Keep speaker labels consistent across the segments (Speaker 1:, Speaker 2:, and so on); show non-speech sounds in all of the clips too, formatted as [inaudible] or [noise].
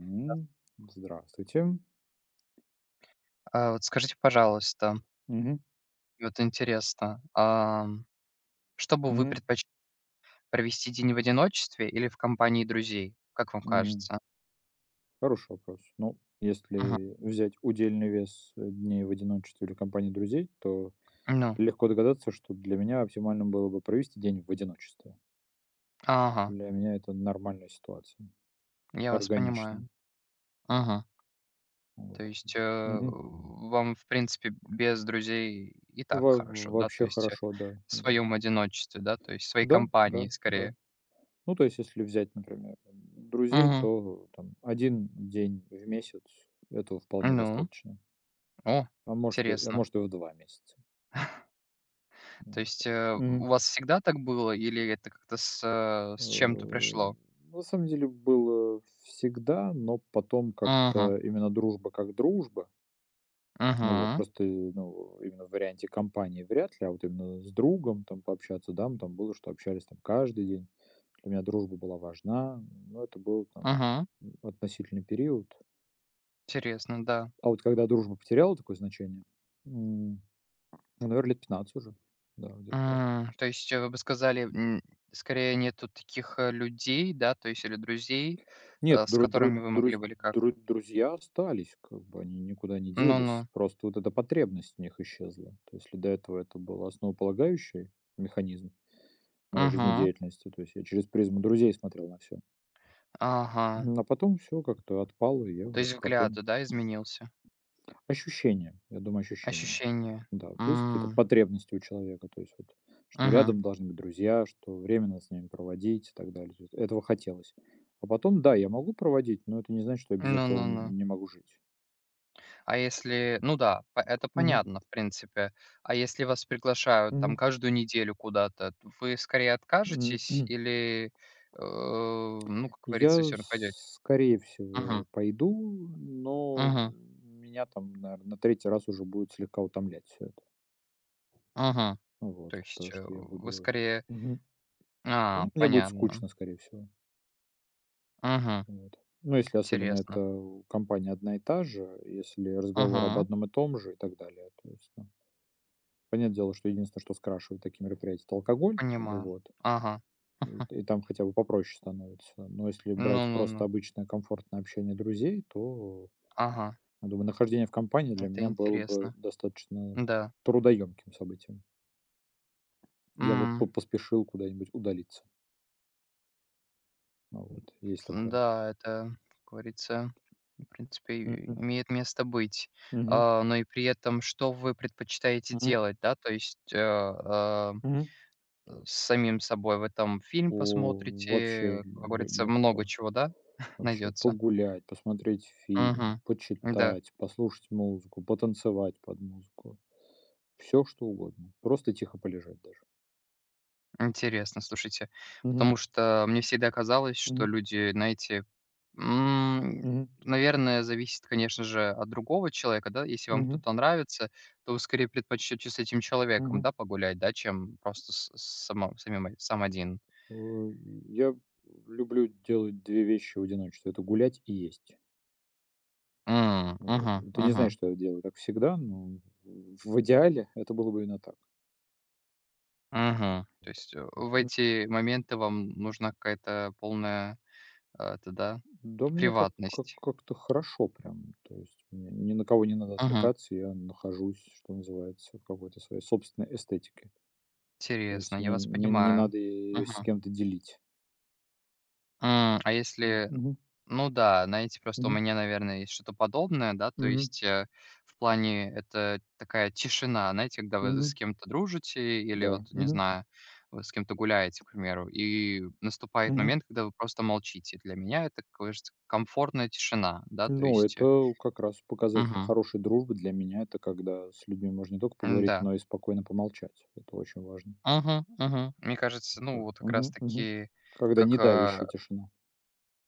Speaker 1: М, Здравствуйте.
Speaker 2: А вот скажите, пожалуйста,
Speaker 1: Мгм,
Speaker 2: вот интересно, что бы вы
Speaker 1: мгм,
Speaker 2: предпочли: провести день в одиночестве или в компании друзей? Как вам
Speaker 1: мгм.
Speaker 2: кажется?
Speaker 1: Хороший вопрос. Ну,
Speaker 2: Мгм.
Speaker 1: если взять удельный вес, дней в одиночестве или компании друзей, то
Speaker 2: Ну,
Speaker 1: легко догадаться, что для меня оптимальным было бы провести день в одиночестве.
Speaker 2: ага,
Speaker 1: Для меня это нормальная ситуация,
Speaker 2: я вас
Speaker 1: органично.
Speaker 2: понимаю. Ага. То
Speaker 1: Вот.
Speaker 2: есть,
Speaker 1: Мгм.
Speaker 2: вам, в принципе, без друзей и так
Speaker 1: Во
Speaker 2: хорошо, да? То
Speaker 1: вообще
Speaker 2: есть,
Speaker 1: хорошо, да,
Speaker 2: в
Speaker 1: да.
Speaker 2: своем одиночестве, да, то есть в своей
Speaker 1: Да,
Speaker 2: компании
Speaker 1: да, да.
Speaker 2: скорее.
Speaker 1: Ну, то есть, если взять, например, друзей,
Speaker 2: Мгм.
Speaker 1: то там 1 день в месяц, этого вполне
Speaker 2: Ну,
Speaker 1: достаточно.
Speaker 2: о,
Speaker 1: А может, и а
Speaker 2: интересно.
Speaker 1: может, и в 2 месяца. Ну
Speaker 2: То
Speaker 1: вот.
Speaker 2: есть, у
Speaker 1: Мгм.
Speaker 2: вас всегда так было или это как-то с,
Speaker 1: Э,
Speaker 2: с чем-то пришло?
Speaker 1: на самом деле было всегда, но потом как-то
Speaker 2: Мгм.
Speaker 1: именно дружба как дружба. Ну вот,
Speaker 2: Мгм,
Speaker 1: просто, ну, именно в варианте компании вряд ли, а вот именно с другом там пообщаться, да, мы там было, что общались там каждый день. Для меня дружба была важна, но это был там,
Speaker 2: мгм.
Speaker 1: относительный период.
Speaker 2: Интересно, да.
Speaker 1: А вот когда дружба потеряла такое значение, м, ну, наверно, лет 15 уже. Да, где-то так.
Speaker 2: М, то есть, вы бы сказали, м, скорее нету таких, людей, да, то есть или друзей,
Speaker 1: Нет,
Speaker 2: с которыми вы могли бы или как?
Speaker 1: друзья остались, как бы они никуда не
Speaker 2: Ну-ну.
Speaker 1: делись. Просто вот эта потребность в них исчезла. То есть, если до этого это был основополагающий механизм моей
Speaker 2: Мгм.
Speaker 1: жизнедеятельности, то есть я через призму друзей смотрел на все.
Speaker 2: Ага.
Speaker 1: А потом все как-то отпало, и я
Speaker 2: То
Speaker 1: уже
Speaker 2: есть взгляд,
Speaker 1: спокойно.
Speaker 2: да, изменился?
Speaker 1: Ощущения, я думаю, ощущения.
Speaker 2: Ощущение.
Speaker 1: Да, вот есть какие-то
Speaker 2: М,
Speaker 1: потребности у человека, то есть вот, что
Speaker 2: мгм.
Speaker 1: рядом должны быть друзья, что время надо с ними проводить и так далее. То есть этого хотелось. А потом, да, я могу проводить, но это не значит, что я без этого,
Speaker 2: Ну-ну-ну.
Speaker 1: не могу жить.
Speaker 2: А если ну да, по это
Speaker 1: Мгм.
Speaker 2: понятно, в принципе. А если вас приглашают
Speaker 1: Мгм.
Speaker 2: там каждую неделю куда-то, вы скорее
Speaker 1: М,
Speaker 2: откажетесь
Speaker 1: [clears throat]
Speaker 2: или, ну, как говорится,
Speaker 1: я,
Speaker 2: все равно пойдете?
Speaker 1: скорее всего,
Speaker 2: Мгм.
Speaker 1: пойду, но
Speaker 2: Мгм.
Speaker 1: меня там, наверное, на третий раз уже будет слегка утомлять все это.
Speaker 2: Мгм. То
Speaker 1: Вот. То,
Speaker 2: есть,
Speaker 1: что я
Speaker 2: вы
Speaker 1: буду.
Speaker 2: скорее
Speaker 1: Мгм.
Speaker 2: А,
Speaker 1: Ну, мне будет
Speaker 2: понятно.
Speaker 1: скучно, скорее всего.
Speaker 2: Мгм.
Speaker 1: Вот. Ну, если особенно
Speaker 2: Интересно.
Speaker 1: это компания одна и та же, если разговор об
Speaker 2: Мгм.
Speaker 1: одном и том же и так далее. То есть, ну, понятное дело, что единственное, что скрашивает такие мероприятия — это алкоголь, как бы,
Speaker 2: Понимаю.
Speaker 1: вот.
Speaker 2: Ага.
Speaker 1: И
Speaker 2: [laughs]
Speaker 1: и там хотя бы попроще становится. Но если брать просто
Speaker 2: Ну-ну-ну.
Speaker 1: обычное комфортное общение друзей, то,
Speaker 2: Ага.
Speaker 1: я думаю, нахождение в компании для
Speaker 2: Это
Speaker 1: меня было бы
Speaker 2: интересно.
Speaker 1: достаточно
Speaker 2: Да.
Speaker 1: трудоемким событием. Я бы по
Speaker 2: М.
Speaker 1: поспешил куда-нибудь удалиться. А, вот, есть такое.
Speaker 2: Да, это, как говорится, в принципе, и
Speaker 1: Мгм.
Speaker 2: имеет место быть.
Speaker 1: Мгм.
Speaker 2: Но и при этом, что вы предпочитаете
Speaker 1: Мгм.
Speaker 2: делать, да? То есть,
Speaker 1: Мгм.
Speaker 2: с самим собой в этом фильм
Speaker 1: О, вообще
Speaker 2: посмотрите, как
Speaker 1: ле
Speaker 2: говорится, много
Speaker 1: легко.
Speaker 2: чего, да, [laughs]
Speaker 1: Вообще
Speaker 2: найдется?
Speaker 1: погулять, посмотреть фильм,
Speaker 2: Мгм. Да,
Speaker 1: почитать, послушать музыку, потанцевать под музыку. Все что угодно. Просто тихо полежать даже.
Speaker 2: интересно, слушайте.
Speaker 1: Мгм.
Speaker 2: Потому что мне всегда казалось, что
Speaker 1: Мгм.
Speaker 2: люди, знаете, м,
Speaker 1: Мгм.
Speaker 2: наверное, зависит, конечно же, от другого человека, да. Если вам
Speaker 1: Мгм,
Speaker 2: кто-то нравится, то вы скорее предпочтете с этим человеком,
Speaker 1: мгм.
Speaker 2: да, погулять, да, чем просто с самом самим сам один.
Speaker 1: Э, я люблю делать 2 вещи в одиночестве. Это гулять и есть.
Speaker 2: М,
Speaker 1: Вот.
Speaker 2: мгм,
Speaker 1: Это не
Speaker 2: мгм,
Speaker 1: значит, что я делаю так всегда, но в идеале это было бы именно так.
Speaker 2: мгм. То
Speaker 1: Вот.
Speaker 2: есть, в
Speaker 1: М,
Speaker 2: эти моменты вам нужна какая-то полная, это да,
Speaker 1: да мне как как
Speaker 2: приватность.
Speaker 1: как-то хорошо прям. То есть мне ни на кого не надо
Speaker 2: Мгм.
Speaker 1: отвлекаться. Я нахожусь, что называется, в какой-то своей собственной эстетике. То
Speaker 2: Интересно,
Speaker 1: есть
Speaker 2: я
Speaker 1: мне
Speaker 2: вас
Speaker 1: не
Speaker 2: понимаю.
Speaker 1: надо ее с кем-то делить.
Speaker 2: М, а
Speaker 1: М,
Speaker 2: если
Speaker 1: мгм,
Speaker 2: ну да, знаете, просто у
Speaker 1: мгм,
Speaker 2: меня, наверное, есть что-то подобное, да, то
Speaker 1: мгм,
Speaker 2: есть, в плане это такая тишина, знаете, когда вы
Speaker 1: мгм.
Speaker 2: с кем-то дружите или
Speaker 1: Да.
Speaker 2: вот, не
Speaker 1: Мгм,
Speaker 2: знаю, вы с кем-то гуляете, к примеру, и наступает
Speaker 1: мгм.
Speaker 2: момент, когда вы просто молчите. Для меня это, кажется, комфортная тишина, да, то
Speaker 1: Ну,
Speaker 2: есть, э,
Speaker 1: это как раз показатель
Speaker 2: мгм,
Speaker 1: хорошей дружбы для меня. Это когда с людьми можно не только поговорить,
Speaker 2: м-да,
Speaker 1: но и спокойно помолчать. Это очень важно.
Speaker 2: мгм, мгм. Мне кажется,
Speaker 1: Как.
Speaker 2: ну, вот как раз
Speaker 1: Мгм, мгм.
Speaker 2: таки,
Speaker 1: Когда не
Speaker 2: как,
Speaker 1: давящая тишина.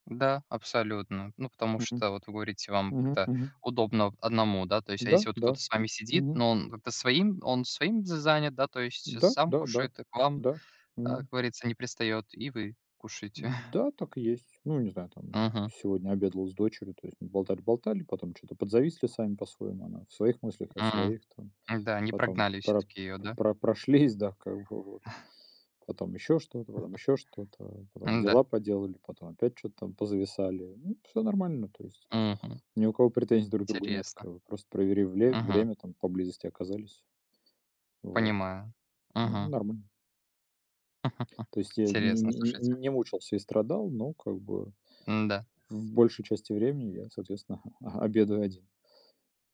Speaker 2: Да, абсолютно. Ну, потому
Speaker 1: Мгм,
Speaker 2: что, вот вы говорите, вам
Speaker 1: мгм,
Speaker 2: как-то
Speaker 1: мгм.
Speaker 2: удобно одному, да, то есть, а
Speaker 1: Да,
Speaker 2: если вот
Speaker 1: да.
Speaker 2: кто-то с вами сидит,
Speaker 1: Мгм.
Speaker 2: но он как-то своим, он своим занят, да, то есть
Speaker 1: Да,
Speaker 2: сам
Speaker 1: да, да.
Speaker 2: кушает, и к вам,
Speaker 1: Да. Мгм.
Speaker 2: как говорится, не пристает, и вы кушаете. [laughs]
Speaker 1: Да, так и есть. Ну, не знаю, там
Speaker 2: Мгм.
Speaker 1: сегодня обедал с дочерью, то есть мы болтали-болтали, потом что-то подзависли сами по-своему. Она в своих мыслях, я в
Speaker 2: М.
Speaker 1: своих там.
Speaker 2: Да, не
Speaker 1: Потом
Speaker 2: прогнали
Speaker 1: про
Speaker 2: все-таки ее, да?
Speaker 1: про прошлись, да, как бы вот. Потом еще что-то, потом еще что-то, потом
Speaker 2: Да.
Speaker 1: дела поделали, потом опять что то там позависали. Ну, все нормально, то есть ни у кого претензий друг к другу нет,
Speaker 2: Интересно.
Speaker 1: как бы просто проверив вле
Speaker 2: Мгм.
Speaker 1: время, там поблизости оказались. Вот.
Speaker 2: Понимаю.
Speaker 1: Ну,
Speaker 2: Мгм.
Speaker 1: нормально. То есть я не
Speaker 2: Интересно,
Speaker 1: не
Speaker 2: слушайте.
Speaker 1: не не мучился и страдал, но как бы
Speaker 2: Да.
Speaker 1: в большей части времени я, соответственно, [laughs] обедаю один.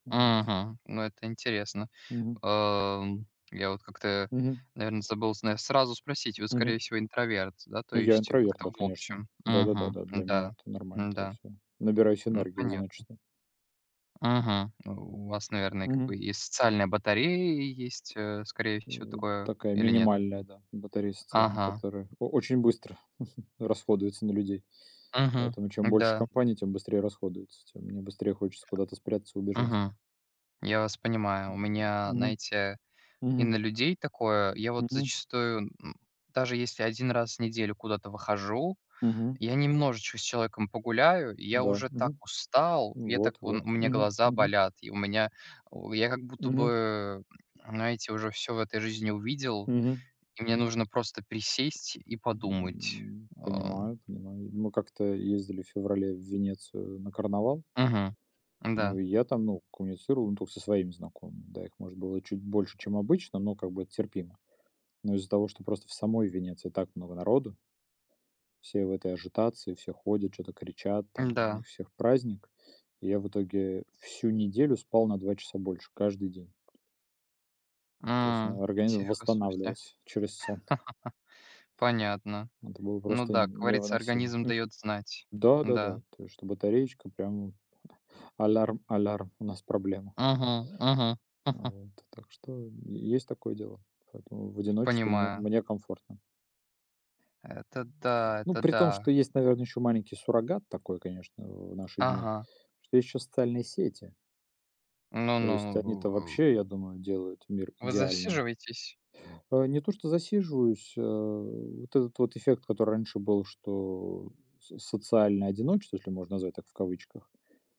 Speaker 1: Вот.
Speaker 2: Ну, это интересно.
Speaker 1: Мгм.
Speaker 2: Ам, я вот как-то,
Speaker 1: Мгм.
Speaker 2: наверное, забыл сна сразу спросить. Вы,
Speaker 1: Мгм.
Speaker 2: скорее всего, интроверт, да, то
Speaker 1: Я
Speaker 2: есть,
Speaker 1: интроверт,
Speaker 2: как-то
Speaker 1: да,
Speaker 2: в
Speaker 1: конечно.
Speaker 2: общем? Мгм.
Speaker 1: Да-да-да-да, для меня
Speaker 2: Да,
Speaker 1: это нормально. То
Speaker 2: да
Speaker 1: есть я набираюсь
Speaker 2: ну,
Speaker 1: энергии в
Speaker 2: понятно.
Speaker 1: одиночестве.
Speaker 2: Мгм. У вас, наверное, как
Speaker 1: Мгм.
Speaker 2: бы и социальная батарея есть, скорее всего, такое
Speaker 1: Такая
Speaker 2: или нет?
Speaker 1: минимальная, да, батарея социальная,
Speaker 2: Ага.
Speaker 1: которая о очень быстро [laughs] расходуется на людей.
Speaker 2: Мгм.
Speaker 1: Поэтому чем больше
Speaker 2: Да.
Speaker 1: компаний, тем быстрее расходуется, тем мне быстрее хочется куда-то спрятаться, убежать.
Speaker 2: Мгм. Я вас понимаю. У
Speaker 1: М.
Speaker 2: меня,
Speaker 1: Мгм.
Speaker 2: знаете, и
Speaker 1: Мгм.
Speaker 2: на людей такое. Я вот
Speaker 1: Мгм.
Speaker 2: зачастую, м, даже если 1 раз в неделю куда-то выхожу,
Speaker 1: Мгм.
Speaker 2: я немножечко с человеком погуляю, и я
Speaker 1: Да.
Speaker 2: уже так
Speaker 1: Мгм.
Speaker 2: устал, я так,
Speaker 1: Вот
Speaker 2: он, у
Speaker 1: вот.
Speaker 2: меня
Speaker 1: Мгм.
Speaker 2: глаза
Speaker 1: Мгм.
Speaker 2: болят, и у меня, у я как будто
Speaker 1: Мгм.
Speaker 2: бы, знаете, уже все в этой жизни увидел,
Speaker 1: Мгм.
Speaker 2: и мне нужно просто присесть и подумать. А,
Speaker 1: Понимаю понимаю. Мы как-то ездили в феврале в Венецию на карнавал.
Speaker 2: мгм.
Speaker 1: Ну,
Speaker 2: Да,
Speaker 1: и я там, ну, коммуницировал, ну, только со своими знакомыми. Да, их, может, было чуть больше, чем обычно, но как бы это терпимо. Но из-за того, что просто в самой Венеции так много народу, все в этой ажитации, все ходят, что-то кричат, там, у
Speaker 2: да,
Speaker 1: них всех праздник. И я в итоге всю неделю спал на 2 часа больше, каждый день. То есть
Speaker 2: м,
Speaker 1: организм
Speaker 2: тихо, слушайте.
Speaker 1: восстанавливался [laughs] через сон.
Speaker 2: [laughs] Понятно.
Speaker 1: Это было
Speaker 2: Ну
Speaker 1: просто
Speaker 2: да, как говорится,
Speaker 1: невыносимо.
Speaker 2: организм дает знать. Да.
Speaker 1: Да-да-да, то есть что батареечка прям алярм, алярм, у нас проблема.
Speaker 2: Мгм, мгм, [laughs]
Speaker 1: Вот, так что есть такое дело. Поэтому в одиночестве мне
Speaker 2: Понимаю.
Speaker 1: мне комфортно.
Speaker 2: Это да,
Speaker 1: Ну,
Speaker 2: это
Speaker 1: при том, что
Speaker 2: да.
Speaker 1: есть, наверное, еще маленький суррогат такой, конечно, в наши дни,
Speaker 2: Ага.
Speaker 1: что есть еще социальные сети.
Speaker 2: Ну
Speaker 1: То
Speaker 2: ну,
Speaker 1: есть они-то вообще, я думаю, делают мир
Speaker 2: вы
Speaker 1: идеальным.
Speaker 2: засиживаетесь?
Speaker 1: Не то, что засиживаюсь, вот этот вот эффект, который раньше был, что с социальное одиночество, если можно назвать так в кавычках,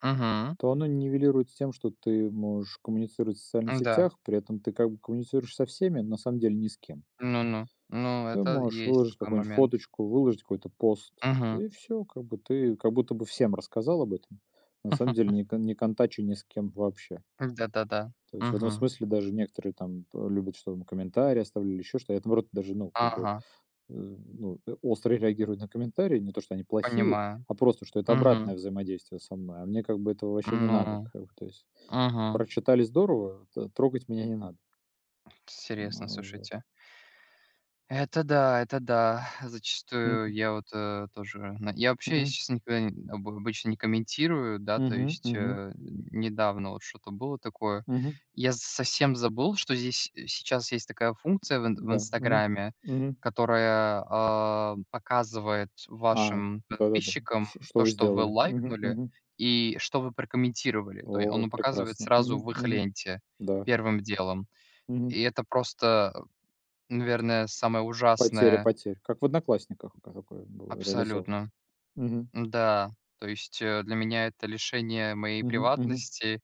Speaker 2: Угу,
Speaker 1: то оно нивелируется тем, что ты можешь коммуницировать в социальных
Speaker 2: да
Speaker 1: сетях, при этом ты как бы коммуницируешь со всеми, но на самом деле ни с кем.
Speaker 2: Ну-ну. Ну,
Speaker 1: Ты
Speaker 2: это
Speaker 1: можешь
Speaker 2: есть
Speaker 1: выложить
Speaker 2: такой
Speaker 1: какую-нибудь
Speaker 2: момент.
Speaker 1: фоточку, выложить какой-то пост,
Speaker 2: Угу,
Speaker 1: и все, как бы ты как будто бы всем рассказал об этом. На самом деле
Speaker 2: [laughs]
Speaker 1: не контача ни с кем вообще.
Speaker 2: Да-да-да.
Speaker 1: То есть в этом
Speaker 2: Угу.
Speaker 1: смысле даже некоторые там п любят, чтобы им комментарии оставляли, еще что. Я, наоборот, даже, ну, как бы,
Speaker 2: Ага,
Speaker 1: ну, остро реагирую на комментарии. Не то, что они плохие,
Speaker 2: понимаю.
Speaker 1: а просто, что это обратное
Speaker 2: Угу.
Speaker 1: взаимодействие со мной. А мне как бы этого вообще не
Speaker 2: Ну.
Speaker 1: надо. Как бы, то есть
Speaker 2: Угу.
Speaker 1: прочитали здорово, т трогать меня не надо.
Speaker 2: Интересно,
Speaker 1: Вот.
Speaker 2: слушайте. Это да, это да. Зачастую
Speaker 1: Мгм.
Speaker 2: я вот, тоже на я вообще,
Speaker 1: Мгм.
Speaker 2: если честно, никогда н об обычно не комментирую, да, то
Speaker 1: Мгм.
Speaker 2: есть,
Speaker 1: Мгм.
Speaker 2: недавно вот что-то было такое.
Speaker 1: Мгм.
Speaker 2: Я совсем забыл, что здесь сейчас есть такая функция в ин в
Speaker 1: Да, мгм,
Speaker 2: "Инстаграме",
Speaker 1: мгм.
Speaker 2: которая, показывает
Speaker 1: А,
Speaker 2: вашим
Speaker 1: да-да-да.
Speaker 2: подписчикам
Speaker 1: Ш что
Speaker 2: то,
Speaker 1: вы
Speaker 2: что вы
Speaker 1: сделали? Мгм,
Speaker 2: лайкнули
Speaker 1: мгм.
Speaker 2: и что вы прокомментировали. То есть
Speaker 1: О,
Speaker 2: он показывает
Speaker 1: прекрасно.
Speaker 2: сразу
Speaker 1: Мгм,
Speaker 2: в их
Speaker 1: мгм.
Speaker 2: ленте
Speaker 1: Да.
Speaker 2: первым делом.
Speaker 1: Мгм.
Speaker 2: И это просто Наверное, самое
Speaker 1: Потеря
Speaker 2: ужасное
Speaker 1: потерь. Как в "Одноклассниках" ка такое было реализовано.
Speaker 2: абсолютно.
Speaker 1: Мгм,
Speaker 2: Да, то есть, для меня это лишение моей
Speaker 1: мгм, мгм.
Speaker 2: приватности.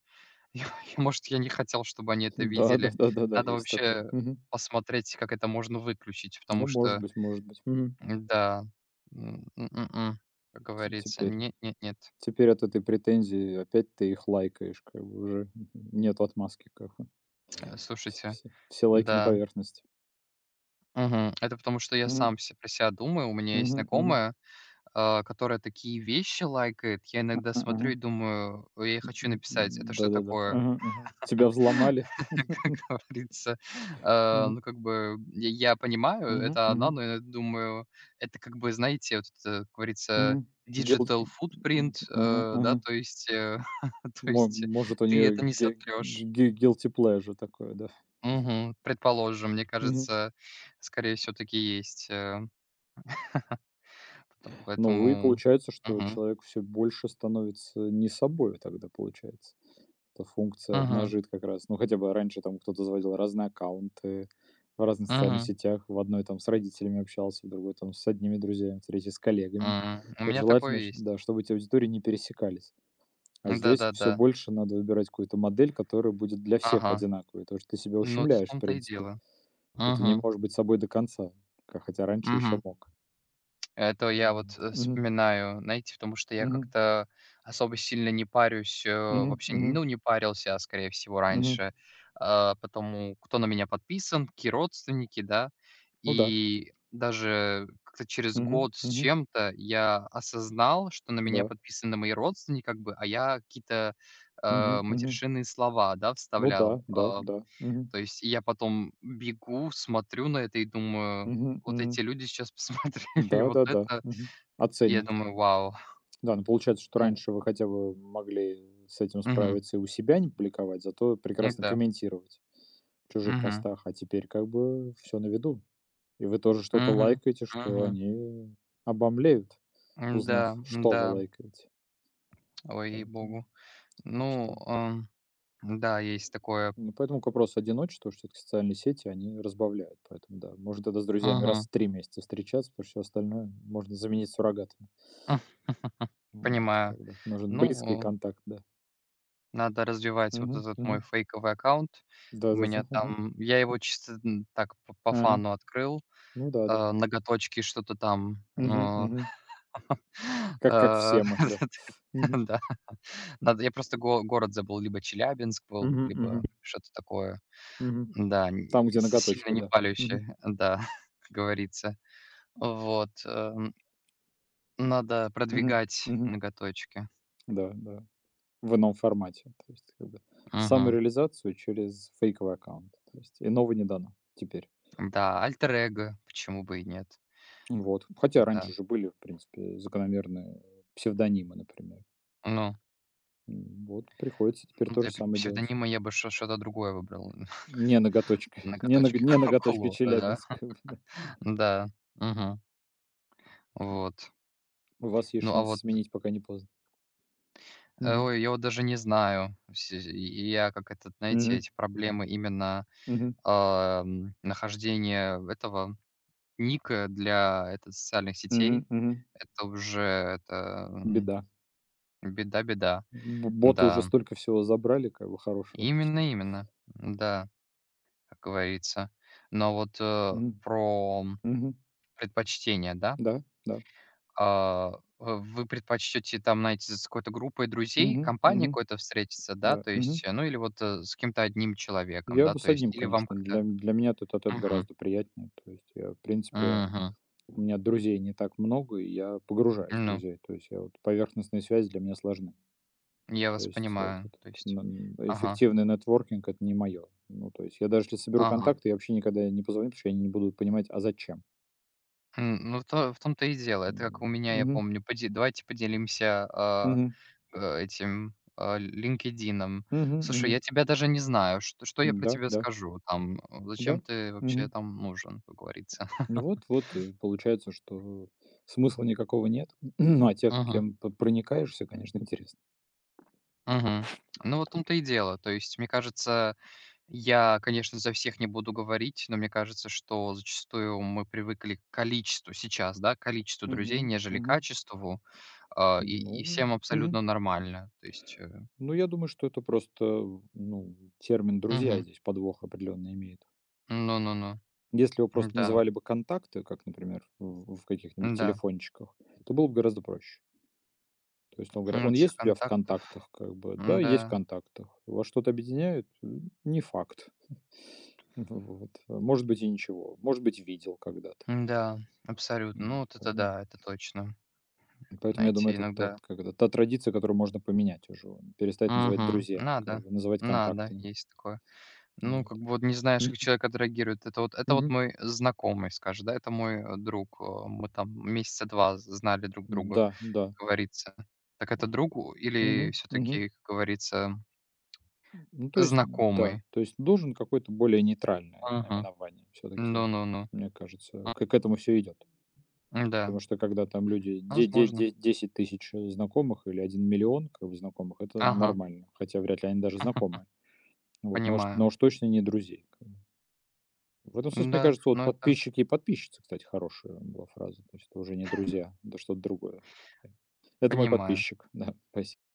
Speaker 2: [laughs] Я может, я не хотел, чтобы они это
Speaker 1: Да,
Speaker 2: видели.
Speaker 1: да-да-да-да,
Speaker 2: Надо
Speaker 1: есть такое.
Speaker 2: вообще
Speaker 1: Мгм.
Speaker 2: посмотреть, как это можно выключить, потому
Speaker 1: Ну, может
Speaker 2: что,
Speaker 1: быть, может быть. Мгм.
Speaker 2: м-да, м, м, м, м, как
Speaker 1: Те
Speaker 2: говорится,
Speaker 1: теперь
Speaker 2: нет нет нет.
Speaker 1: теперь от этой претензии опять ты их лайкаешь, как бы уже нет отмазки, как бы. Все
Speaker 2: Слушайте,
Speaker 1: все все лайки на
Speaker 2: да,
Speaker 1: поверхности.
Speaker 2: мгм. Это потому что я
Speaker 1: Мгм,
Speaker 2: сам се про себя думаю. У меня есть
Speaker 1: мгм, мгм.
Speaker 2: знакомая, которая такие вещи лайкает. Я иногда
Speaker 1: Ага,
Speaker 2: смотрю
Speaker 1: ага.
Speaker 2: и думаю, я ей
Speaker 1: М,
Speaker 2: хочу написать: "Это что
Speaker 1: Да-да-да.
Speaker 2: такое?"
Speaker 1: Ага, ага. Тебя взломали.
Speaker 2: [laughs] Как говорится,
Speaker 1: Мгм.
Speaker 2: ну, как бы я понимаю,
Speaker 1: Мгм,
Speaker 2: это она,
Speaker 1: мгм,
Speaker 2: но я думаю, это как бы, знаете, вот это, как говорится,
Speaker 1: мгм. Guilty
Speaker 2: digital footprint,
Speaker 1: г ага,
Speaker 2: да,
Speaker 1: ага.
Speaker 2: то есть, [laughs] то
Speaker 1: Мо
Speaker 2: есть
Speaker 1: может, у
Speaker 2: ты
Speaker 1: неё
Speaker 2: это не
Speaker 1: ге
Speaker 2: сотрешь.
Speaker 1: ге guilty pleasure такое, да.
Speaker 2: Мгм. Предположим, мне
Speaker 1: Мгм.
Speaker 2: кажется, скорее всего, таки есть.
Speaker 1: Ну и
Speaker 2: Поэтому.
Speaker 1: получается, что
Speaker 2: Мгм.
Speaker 1: человек все больше становится не собой тогда, получается. Эта функция
Speaker 2: Мгм.
Speaker 1: обнажит как раз. Ну, хотя бы раньше там кто-то заводил разные аккаунты в разных социальных
Speaker 2: Мгм.
Speaker 1: сетях. В одной там с родителями общался, в другой там с одними друзьями, в третьей с коллегами.
Speaker 2: М. У
Speaker 1: И
Speaker 2: меня такое
Speaker 1: желательно, ш
Speaker 2: есть.
Speaker 1: да, чтобы эти аудитории не пересекались. А здесь все
Speaker 2: Да-да-да.
Speaker 1: больше надо выбирать какую-то модель, которая будет для всех
Speaker 2: Ага.
Speaker 1: одинаковой, потому что ты себя
Speaker 2: Ну, вот в
Speaker 1: ущемляешь, в
Speaker 2: том-то и
Speaker 1: принципе,
Speaker 2: дело.
Speaker 1: что ты не
Speaker 2: Мгм.
Speaker 1: можешь быть собой до конца, ка хотя раньше еще
Speaker 2: Мгм.
Speaker 1: мог.
Speaker 2: Это я вот,
Speaker 1: Вот.
Speaker 2: вспоминаю, знаете, потому что я
Speaker 1: Мгм.
Speaker 2: как-то особо сильно не парюсь,
Speaker 1: Мгм. Мгм.
Speaker 2: вообще,
Speaker 1: Мгм.
Speaker 2: ну, не парился, а скорее всего,
Speaker 1: Мгм.
Speaker 2: раньше, потому кто на меня подписан, какие родственники, да.
Speaker 1: Ну да.
Speaker 2: И даже как-то через
Speaker 1: Мгм.
Speaker 2: год с
Speaker 1: Мгм.
Speaker 2: чем-то я осознал, что на меня
Speaker 1: Да.
Speaker 2: подписаны мои родственники, как бы, а я какие-то,
Speaker 1: Мгм. Мгм.
Speaker 2: матершинные слова, да,
Speaker 1: Ну да,
Speaker 2: вставлял.
Speaker 1: да,
Speaker 2: А,
Speaker 1: да. Мгм.
Speaker 2: то есть я потом бегу, смотрю на это и думаю:
Speaker 1: Мгм.
Speaker 2: "Вот
Speaker 1: Мгм.
Speaker 2: эти люди сейчас посмотрели [laughs] вот
Speaker 1: Да-да-да.
Speaker 2: это".
Speaker 1: Мгм.
Speaker 2: И я
Speaker 1: Оценят.
Speaker 2: думаю: "Вау".
Speaker 1: Да, ну получается, что
Speaker 2: Ну,
Speaker 1: раньше вы хотя бы могли с этим
Speaker 2: мгм,
Speaker 1: справиться и у себя не публиковать, зато прекрасно
Speaker 2: м-да,
Speaker 1: комментировать в чужих
Speaker 2: мгм,
Speaker 1: постах, а теперь как бы все на виду. И вы тоже что-то
Speaker 2: мгм,
Speaker 1: лайкаете, что
Speaker 2: мгм.
Speaker 1: они обомлеют, узнав,
Speaker 2: М-да,
Speaker 1: что вы
Speaker 2: м-да,
Speaker 1: лайкаете.
Speaker 2: ой,
Speaker 1: Поэтому
Speaker 2: ей-богу.
Speaker 1: так
Speaker 2: Ну,
Speaker 1: что
Speaker 2: да, есть такое.
Speaker 1: ну, поэтому к вопросу одиночества, что всё-таки социальные сети, они разбавляют. Поэтому да, можно тогда с друзьями раз
Speaker 2: Мгм.
Speaker 1: в 3 месяца встречаться, потому что всё остальное можно заменить суррогатами.
Speaker 2: [laughs]
Speaker 1: Вот,
Speaker 2: Понимаю.
Speaker 1: когда нужен близкий
Speaker 2: Ну,
Speaker 1: контакт, да.
Speaker 2: надо развивать вот
Speaker 1: Мгм,
Speaker 2: этот мой
Speaker 1: мгм.
Speaker 2: фейковый аккаунт. У меня
Speaker 1: Да-да-да. [laughs]
Speaker 2: там я его чисто, м, так по
Speaker 1: Ага.
Speaker 2: фану открыл,
Speaker 1: Ну да, да.
Speaker 2: ноготочки, что-то там,
Speaker 1: Мгм, мгм.
Speaker 2: [laughs]
Speaker 1: Как
Speaker 2: э,
Speaker 1: все мы, да.
Speaker 2: [laughs]
Speaker 1: Мгм.
Speaker 2: да. Надо я просто го город забыл, либо Челябинск был,
Speaker 1: Мгм,
Speaker 2: либо
Speaker 1: мгм,
Speaker 2: что-то такое.
Speaker 1: мгм.
Speaker 2: Да, н
Speaker 1: Там, где
Speaker 2: с сильно
Speaker 1: ноготочки,
Speaker 2: не
Speaker 1: да. Мгм.
Speaker 2: палящая, да, [laughs] как говорится. Вот, надо
Speaker 1: Мгм,
Speaker 2: продвигать
Speaker 1: мгм.
Speaker 2: ноготочки.
Speaker 1: Да, да. В ином формате. То есть как бы
Speaker 2: Мгм.
Speaker 1: самореализацию через фейковый аккаунт. То есть иного не дано теперь.
Speaker 2: Да, альтер эго, почему бы и нет?
Speaker 1: Вот. Хотя
Speaker 2: Да.
Speaker 1: раньше же были, в принципе, закономерные псевдонимы, например.
Speaker 2: Ну,
Speaker 1: Вот приходится теперь
Speaker 2: ну,
Speaker 1: то же
Speaker 2: для п
Speaker 1: самое делать.
Speaker 2: псевдонима я бы шо что-то другое выбрал. [laughs]
Speaker 1: Не ноготочкой, [laughs] не ног
Speaker 2: Ноготочки ку
Speaker 1: не ноготочкой
Speaker 2: куло, да.
Speaker 1: Челябинск. [laughs] Да.
Speaker 2: Да, мгм. Вот.
Speaker 1: У вас есть
Speaker 2: Ну, а
Speaker 1: шанс
Speaker 2: вот,
Speaker 1: сменить, пока не поздно. Мгм.
Speaker 2: ой, я вот даже не знаю. Всь я как этот, знаете,
Speaker 1: Мгм.
Speaker 2: эти проблемы именно,
Speaker 1: Мгм.
Speaker 2: нахождения этого Ник, для это социальных сетей-
Speaker 1: Мгм. Мгм.
Speaker 2: это уже это, м,
Speaker 1: Беда.
Speaker 2: беда-беда.
Speaker 1: Б боты уже
Speaker 2: Да,
Speaker 1: столько всего забрали, как бы, хорошего, что.
Speaker 2: именно именно. Да, как говорится. Но вот, э,
Speaker 1: Мгм.
Speaker 2: про
Speaker 1: Мгм.
Speaker 2: предпочтения, да?
Speaker 1: Да, да.
Speaker 2: А, в вы предпочтете там, найти с какой-то группой друзей,
Speaker 1: Мгм.
Speaker 2: компанией
Speaker 1: Мгм.
Speaker 2: какой-то встретиться, да,
Speaker 1: Да.
Speaker 2: то
Speaker 1: Мгм.
Speaker 2: есть, ну, или вот, с каким-то одним человеком,
Speaker 1: Я
Speaker 2: да,
Speaker 1: бы с
Speaker 2: то
Speaker 1: одним,
Speaker 2: есть, или вам
Speaker 1: конечно. Для
Speaker 2: как-то
Speaker 1: для меня тет-а-тет
Speaker 2: Мгм,
Speaker 1: гораздо приятнее. То есть я, в принципе,
Speaker 2: мгм.
Speaker 1: у меня друзей не так много, и я погружаюсь в
Speaker 2: Ну,
Speaker 1: друзей. То есть я вот поверхностные связи для меня сложны.
Speaker 2: я
Speaker 1: То
Speaker 2: вас
Speaker 1: есть вот
Speaker 2: понимаю,
Speaker 1: это
Speaker 2: то
Speaker 1: вот
Speaker 2: есть.
Speaker 1: н
Speaker 2: Ага,
Speaker 1: эффективный нетворкинг — это не мое. Ну, то есть я даже если соберу
Speaker 2: ага.
Speaker 1: контакты, я вообще никогда не позвоню, потому что я не буду понимать, а зачем.
Speaker 2: М, ну, то в том-то и дело. Это как у
Speaker 1: М.
Speaker 2: меня, я
Speaker 1: Мгм.
Speaker 2: помню, поде давайте поделимся,
Speaker 1: Мгм.
Speaker 2: этим, "Линкедином".
Speaker 1: Мгм,
Speaker 2: Слушай, я
Speaker 1: мгм.
Speaker 2: тебя даже не знаю, что что я про
Speaker 1: Да,
Speaker 2: тебя
Speaker 1: да,
Speaker 2: скажу там,
Speaker 1: да.
Speaker 2: зачем ты вообще
Speaker 1: Мгм.
Speaker 2: там нужен, как говорится. [laughs]
Speaker 1: Ну вот и получается, что смысла никакого нет. [clears throat] Ну, а те,
Speaker 2: Мгм,
Speaker 1: кем п проникаешься, конечно, интересно.
Speaker 2: мгм. Ну, вот в том-то и дело. То есть, мне кажется, я, конечно, за всех не буду говорить, но мне кажется, что зачастую мы привыкли к количеству сейчас, да, к количеству
Speaker 1: Мгм,
Speaker 2: друзей, нежели к
Speaker 1: мгм.
Speaker 2: качеству, и
Speaker 1: Ну,
Speaker 2: всем абсолютно
Speaker 1: мгм.
Speaker 2: нормально. То есть,
Speaker 1: Ну, я думаю, что это просто, ну, термин "друзья"
Speaker 2: мгм.
Speaker 1: здесь подвох определенно имеет.
Speaker 2: Ну-ну-ну.
Speaker 1: Если его просто
Speaker 2: Да
Speaker 1: называли бы "контакты", как, например, в каких-нибудь
Speaker 2: да
Speaker 1: телефончиках, то было бы гораздо проще. То есть, условно говоря,
Speaker 2: М,
Speaker 1: он
Speaker 2: этих
Speaker 1: есть у тебя в
Speaker 2: контактов.
Speaker 1: "Контактах", как бы, да, есть в
Speaker 2: Да
Speaker 1: "Контактах". Вас что-то объединяет? Не факт. Вот. Может быть, и ничего. Может быть, видел когда-то.
Speaker 2: да абсолютно. Ну,
Speaker 1: Вот,
Speaker 2: вот это
Speaker 1: поэтому
Speaker 2: да, это точно.
Speaker 1: поэтому, я думаю,
Speaker 2: Найти
Speaker 1: это та
Speaker 2: иногда.
Speaker 1: как это, та традиция, которую можно поменять уже. Перестать называть
Speaker 2: Мгм.
Speaker 1: друзьями, как
Speaker 2: Надо,
Speaker 1: бы называть
Speaker 2: надо,
Speaker 1: контактами.
Speaker 2: есть такое. Ну,
Speaker 1: Вот.
Speaker 2: как бы вот не знаешь,
Speaker 1: М,
Speaker 2: как человек отреагирует. Это вот
Speaker 1: мгм.
Speaker 2: мой знакомый, скажем, да, это мой, друг. Мы там месяца 2 знали друг друга,
Speaker 1: Да, да.
Speaker 2: как говорится. Так это другу или
Speaker 1: Мгм,
Speaker 2: все
Speaker 1: мгм.
Speaker 2: таки как говорится,
Speaker 1: Ну, то есть,
Speaker 2: знакомый?
Speaker 1: да, то есть должен какое-то более нейтральное
Speaker 2: Мгм.
Speaker 1: наименование все таки
Speaker 2: Ну-ну-ну.
Speaker 1: мне кажется. К этому все идет.
Speaker 2: Да
Speaker 1: Потому что когда там люди де де
Speaker 2: возможно.
Speaker 1: де десять тысяч знакомых или один миллион 000 как бы знакомых, это
Speaker 2: Ага,
Speaker 1: нормально. Хотя вряд ли они даже знакомы. Вот, но уж но
Speaker 2: понимаю.
Speaker 1: уж точно не друзей. Как бы. В этом смысле, мне
Speaker 2: Да,
Speaker 1: кажется, вот
Speaker 2: ну это
Speaker 1: подписчики и подписчицы, кстати, хорошая была фраза. То есть это уже не друзья, это что-то другое. Это мой
Speaker 2: понимаю.
Speaker 1: подписчик, [laughs] да, спасибо.